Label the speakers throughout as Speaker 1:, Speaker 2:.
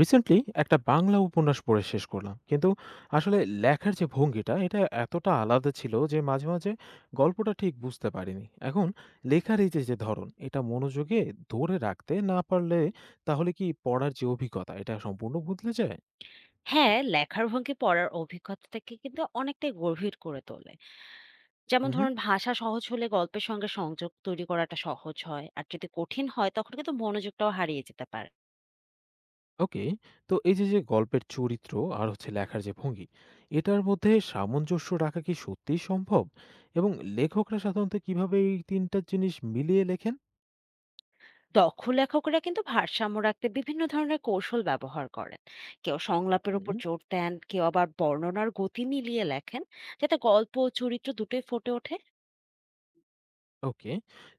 Speaker 1: Recently একটা বাংলা উপন্যাস পড়ে শেষ করলাম, কিন্তু আসলে লেখার যে ভঙ্গিটা, এটা এতটা আলাদা ছিল যে মাঝে মাঝে গল্পটা ঠিক বুঝতে পারিনি। এখন লেখার এই যে যে ধরন, এটা মনোযোগে ধরে রাখতে না পারলে তাহলে কি পড়ার যে অভিজ্ঞতা, এটা সম্পূর্ণ বদলে যায়?
Speaker 2: হ্যাঁ, লেখার ভঙ্গি পড়ার অভিজ্ঞতাটাকে কিন্তু অনেকটাই গভীর করে তোলে। যেমন
Speaker 1: হুম।
Speaker 2: ধরুন ভাষা সহজ হলে গল্পের সঙ্গে সংযোগ তৈরি করাটা সহজ হয়। আর যদি কঠিন হয় তখন কিন্তু মনোযোগটাও হারিয়ে যেতে পারে।
Speaker 1: ওকে। তো এই যে যে গল্পের চরিত্র আর হচ্ছে লেখার যে ভঙ্গি, এটার মধ্যে সামঞ্জস্য রাখা কি সত্যিই সম্ভব? এবং লেখকরা সাধারণত কিভাবে এই তিনটা জিনিস মিলিয়ে লেখেন?
Speaker 2: দক্ষ লেখকরা কিন্তু ভারসাম্য রাখতে বিভিন্ন ধরনের কৌশল ব্যবহার করেন। কেউ সংলাপের উপর
Speaker 1: হুম।
Speaker 2: জোর দেন, কেউ আবার বর্ণনার গতি মিলিয়ে লেখেন, যাতে গল্প ও চরিত্র দুটোই ফুটে ওঠে।
Speaker 1: ওকে।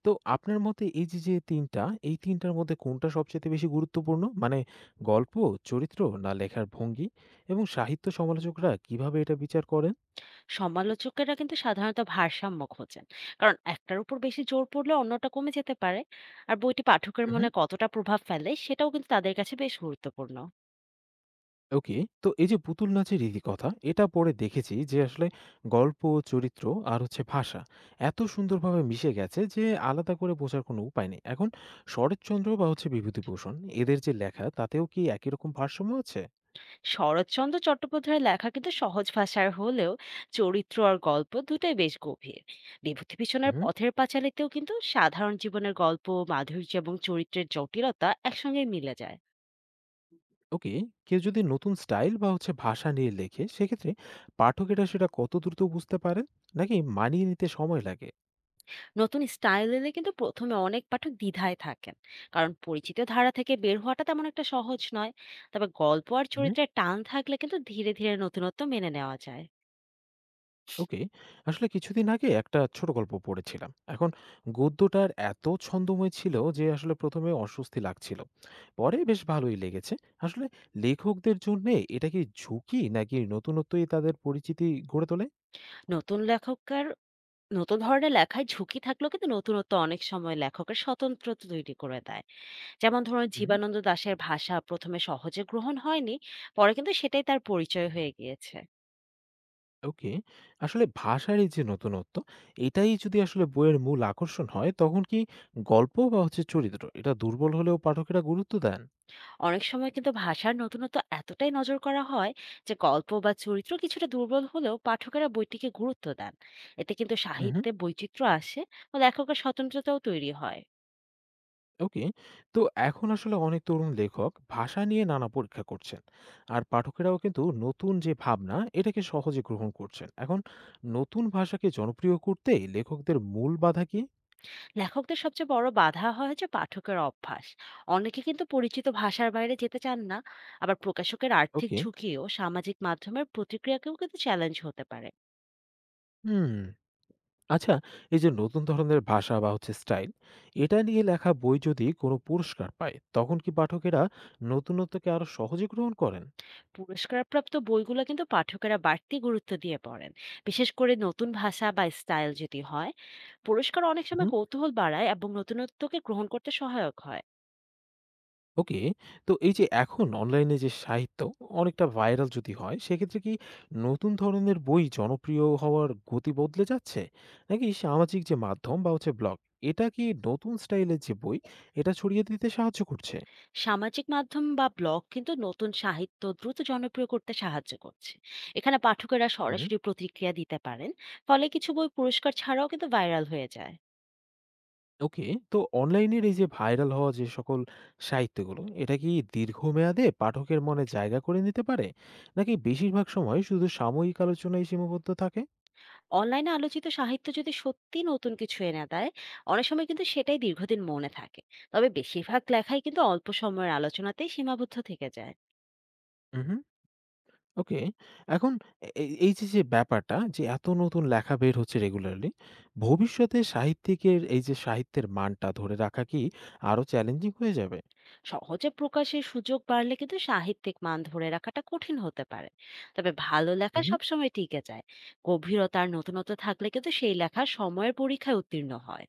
Speaker 1: তো আপনার মতে এই যে, যে ৩ টা, এই ৩ টার মধ্যে কোনটা সবচাইতে বেশি গুরুত্বপূর্ণ? মানে গল্প, চরিত্র না লেখার ভঙ্গি? এবং সাহিত্য সমালোচকরা কিভাবে এটা বিচার করেন?
Speaker 2: সমালোচকেরা কিন্তু সাধারণত ভারসাম্য খোঁজেন, কারণ একটার উপর বেশি জোর পড়লে অন্যটা কমে যেতে পারে। আর বইটি পাঠকের
Speaker 1: হু, হু।
Speaker 2: মনে কতটা প্রভাব ফেলে সেটাও কিন্তু তাদের কাছে বেশ গুরুত্বপূর্ণ।
Speaker 1: ওকে। তো এই যে পুতুল নাচের রীতিকথা, এটা পড়ে দেখেছি যে আসলে গল্প, চরিত্র আর হচ্ছে ভাষা এত সুন্দরভাবে মিশে গেছে যে আলাদা করে বোঝার কোনো উপায় নেই। এখন শরৎচন্দ্র বা হচ্ছে বিভূতিভূষণ, এদের যে লেখা তাতেও কি একই রকম ভারসাম্য আছে?
Speaker 2: শরৎচন্দ্র চট্টোপাধ্যায়ের লেখা কিন্তু সহজ ভাষার হলেও চরিত্র আর গল্প দুটোই বেশ গভীর। বিভূতিভূষণের
Speaker 1: হুম।
Speaker 2: পথের পাঁচালীতেও কিন্তু সাধারণ জীবনের গল্প, মাধুর্য এবং চরিত্রের জটিলতা একসঙ্গে মিলে যায়।
Speaker 1: ওকে। কেউ যদি নতুন স্টাইল বা হচ্ছে ভাষা নিয়ে লেখে সেক্ষেত্রে পাঠকেরা সেটা কত দ্রুত বুঝতে পারে, নাকি মানিয়ে নিতে সময় লাগে?
Speaker 2: নতুন স্টাইল এলে কিন্তু প্রথমে অনেক পাঠক দ্বিধায় থাকেন, কারণ পরিচিত ধারা থেকে বের হওয়াটা তেমন একটা সহজ নয়। তবে গল্প আর
Speaker 1: হুম,
Speaker 2: চরিত্রের টান থাকলে কিন্তু ধীরে ধীরে নতুনত্ব মেনে নেওয়া যায়।
Speaker 1: ওকে। আসলে কিছুদিন আগে একটা ছোট গল্প পড়েছিলাম। এখন গদ্যটার এত ছন্দময় ছিল যে আসলে প্রথমে অস্বস্তি লাগছিল, পরে বেশ ভালোই লেগেছে। আসলে লেখকদের জন্য এটা কি ঝুঁকি, নাকি নতুনত্বই তাদের পরিচিতি গড়ে তোলে?
Speaker 2: নতুন লেখকের নতুন ধরনের লেখায় ঝুঁকি থাকলেও কিন্তু নতুনত্ব অনেক সময় লেখকের স্বতন্ত্রতা তৈরি করে দেয়। যেমন ধরুন, জীবানন্দ দাশের ভাষা প্রথমে সহজে গ্রহণ হয়নি, পরে কিন্তু সেটাই তার পরিচয় হয়ে গিয়েছে।
Speaker 1: ওকে। আসলে ভাষার এই যে নতুনত্ব, এটাই যদি আসলে বইয়ের মূল আকর্ষণ হয়, তখন কি গল্প বা হচ্ছে চরিত্র এটা দুর্বল হলেও পাঠকেরা গুরুত্ব দেন?
Speaker 2: অনেক সময় কিন্তু ভাষার নতুনত্ব এতটাই নজর করা হয় যে গল্প বা চরিত্র কিছুটা দুর্বল হলেও পাঠকেরা বইটিকে গুরুত্ব দেন। এতে কিন্তু
Speaker 1: উহু,
Speaker 2: সাহিত্যে বৈচিত্র্য আসে ও লেখকের স্বতন্ত্রতাও তৈরি হয়।
Speaker 1: ওকে। তো এখন আসলে অনেক তরুণ লেখক ভাষা নিয়ে নানা পরীক্ষা করছেন। আর পাঠকেরাও কিন্তু নতুন যে ভাবনা, এটাকে সহজে গ্রহণ করছেন। এখন নতুন ভাষাকে জনপ্রিয় করতে লেখকদের মূল বাধা কি?
Speaker 2: লেখকদের সবচেয়ে বড় বাধা হয় যে পাঠকের অভ্যাস। অনেকে কিন্তু পরিচিত ভাষার বাইরে যেতে চান না। আবার প্রকাশকের আর্থিক
Speaker 1: ওকে।
Speaker 2: ঝুঁকি ও সামাজিক মাধ্যমের প্রতিক্রিয়াকেও কিন্তু চ্যালেঞ্জ হতে পারে।
Speaker 1: হুম। আচ্ছা, এই যে নতুন ধরনের ভাষা বা হচ্ছে স্টাইল, এটা নিয়ে লেখা বই যদি কোনো পুরস্কার পায় তখন কি পাঠকেরা নতুনত্বকে আরো সহজে গ্রহণ করেন?
Speaker 2: পুরস্কারপ্রাপ্ত বইগুলো কিন্তু পাঠকেরা বাড়তি গুরুত্ব দিয়ে পড়েন, বিশেষ করে নতুন ভাষা বা স্টাইল যদি হয়। পুরস্কার অনেক
Speaker 1: হুম।
Speaker 2: সময় কৌতূহল বাড়ায় এবং নতুনত্বকে গ্রহণ করতে সহায়ক হয়।
Speaker 1: ওকে। তো এই যে এখন অনলাইনে যে সাহিত্য অনেকটা ভাইরাল যদি হয় সেক্ষেত্রে কি নতুন ধরনের বই জনপ্রিয় হওয়ার গতি বদলে যাচ্ছে? নাকি সামাজিক যে মাধ্যম বা হচ্ছে ব্লগ, এটা কি নতুন স্টাইলের যে বই, এটা ছড়িয়ে দিতে সাহায্য করছে?
Speaker 2: সামাজিক মাধ্যম বা ব্লগ কিন্তু নতুন সাহিত্য দ্রুত জনপ্রিয় করতে সাহায্য করছে। এখানে পাঠকেরা সরাসরি প্রতিক্রিয়া দিতে পারেন, ফলে কিছু বই পুরস্কার ছাড়াও কিন্তু ভাইরাল হয়ে যায়।
Speaker 1: ওকে। তো অনলাইনের এই যে ভাইরাল হওয়া যে সকল সাহিত্যগুলো, এটা কি দীর্ঘমেয়াদে পাঠকের মনে জায়গা করে নিতে পারে? নাকি বেশিরভাগ সময় শুধু সাময়িক আলোচনায় সীমাবদ্ধ থাকে?
Speaker 2: অনলাইনে আলোচিত সাহিত্য যদি সত্যি নতুন কিছু এনে দেয়, অনেক সময় কিন্তু সেটাই দীর্ঘদিন মনে থাকে। তবে বেশিরভাগ লেখাই কিন্তু অল্প সময়ের আলোচনাতেই সীমাবদ্ধ থেকে যায়।
Speaker 1: উহুম। ওকে। এখন এই যে, যে ব্যাপারটা যে এত নতুন লেখা বের হচ্ছে রেগুলারলি, ভবিষ্যতে সাহিত্যিকের এই যে সাহিত্যের মানটা ধরে রাখা কি আরো চ্যালেঞ্জিং হয়ে যাবে?
Speaker 2: সহজে প্রকাশের সুযোগ বাড়লে কিন্তু সাহিত্যিক মান ধরে রাখাটা কঠিন হতে পারে। তবে ভালো লেখা
Speaker 1: উহুম।
Speaker 2: সবসময় টিকে যায়। গভীরতার নতুনত্ব থাকলে কিন্তু সেই লেখা সময়ের পরীক্ষায় উত্তীর্ণ হয়।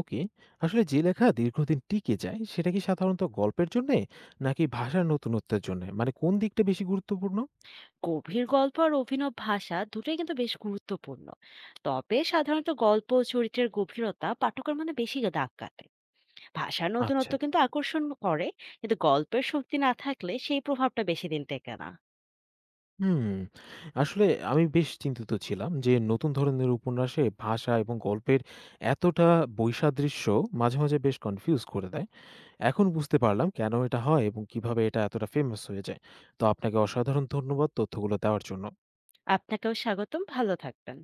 Speaker 1: ওকে। আসলে যে লেখা দীর্ঘদিন টিকে যায়, সেটা কি সাধারণত গল্পের জন্যে, নাকি ভাষার নতুনত্বের জন্যে? মানে কোন দিকটা বেশি গুরুত্বপূর্ণ?
Speaker 2: গভীর গল্প আর অভিনব ভাষা দুটোই কিন্তু বেশ গুরুত্বপূর্ণ। তবে সাধারণত গল্প ও চরিত্রের গভীরতা পাঠকের মনে বেশি দাগ কাটে। ভাষার
Speaker 1: আচ্ছা।
Speaker 2: নতুনত্ব কিন্তু আকর্ষণ করে, কিন্তু গল্পের শক্তি না থাকলে সেই প্রভাবটা বেশি দিন টেকে না।
Speaker 1: হুম, আসলে আমি বেশ চিন্তিত ছিলাম যে নতুন ধরনের উপন্যাসে ভাষা এবং গল্পের এতটা বৈসাদৃশ্য মাঝে, মাঝে বেশ কনফিউজ করে দেয়। এখন বুঝতে পারলাম কেন এটা হয় এবং কিভাবে এটা এতটা ফেমাস হয়ে যায়। তো আপনাকে অসাধারণ ধন্যবাদ তথ্যগুলো দেওয়ার জন্য।
Speaker 2: আপনাকেও স্বাগতম, ভালো থাকবেন।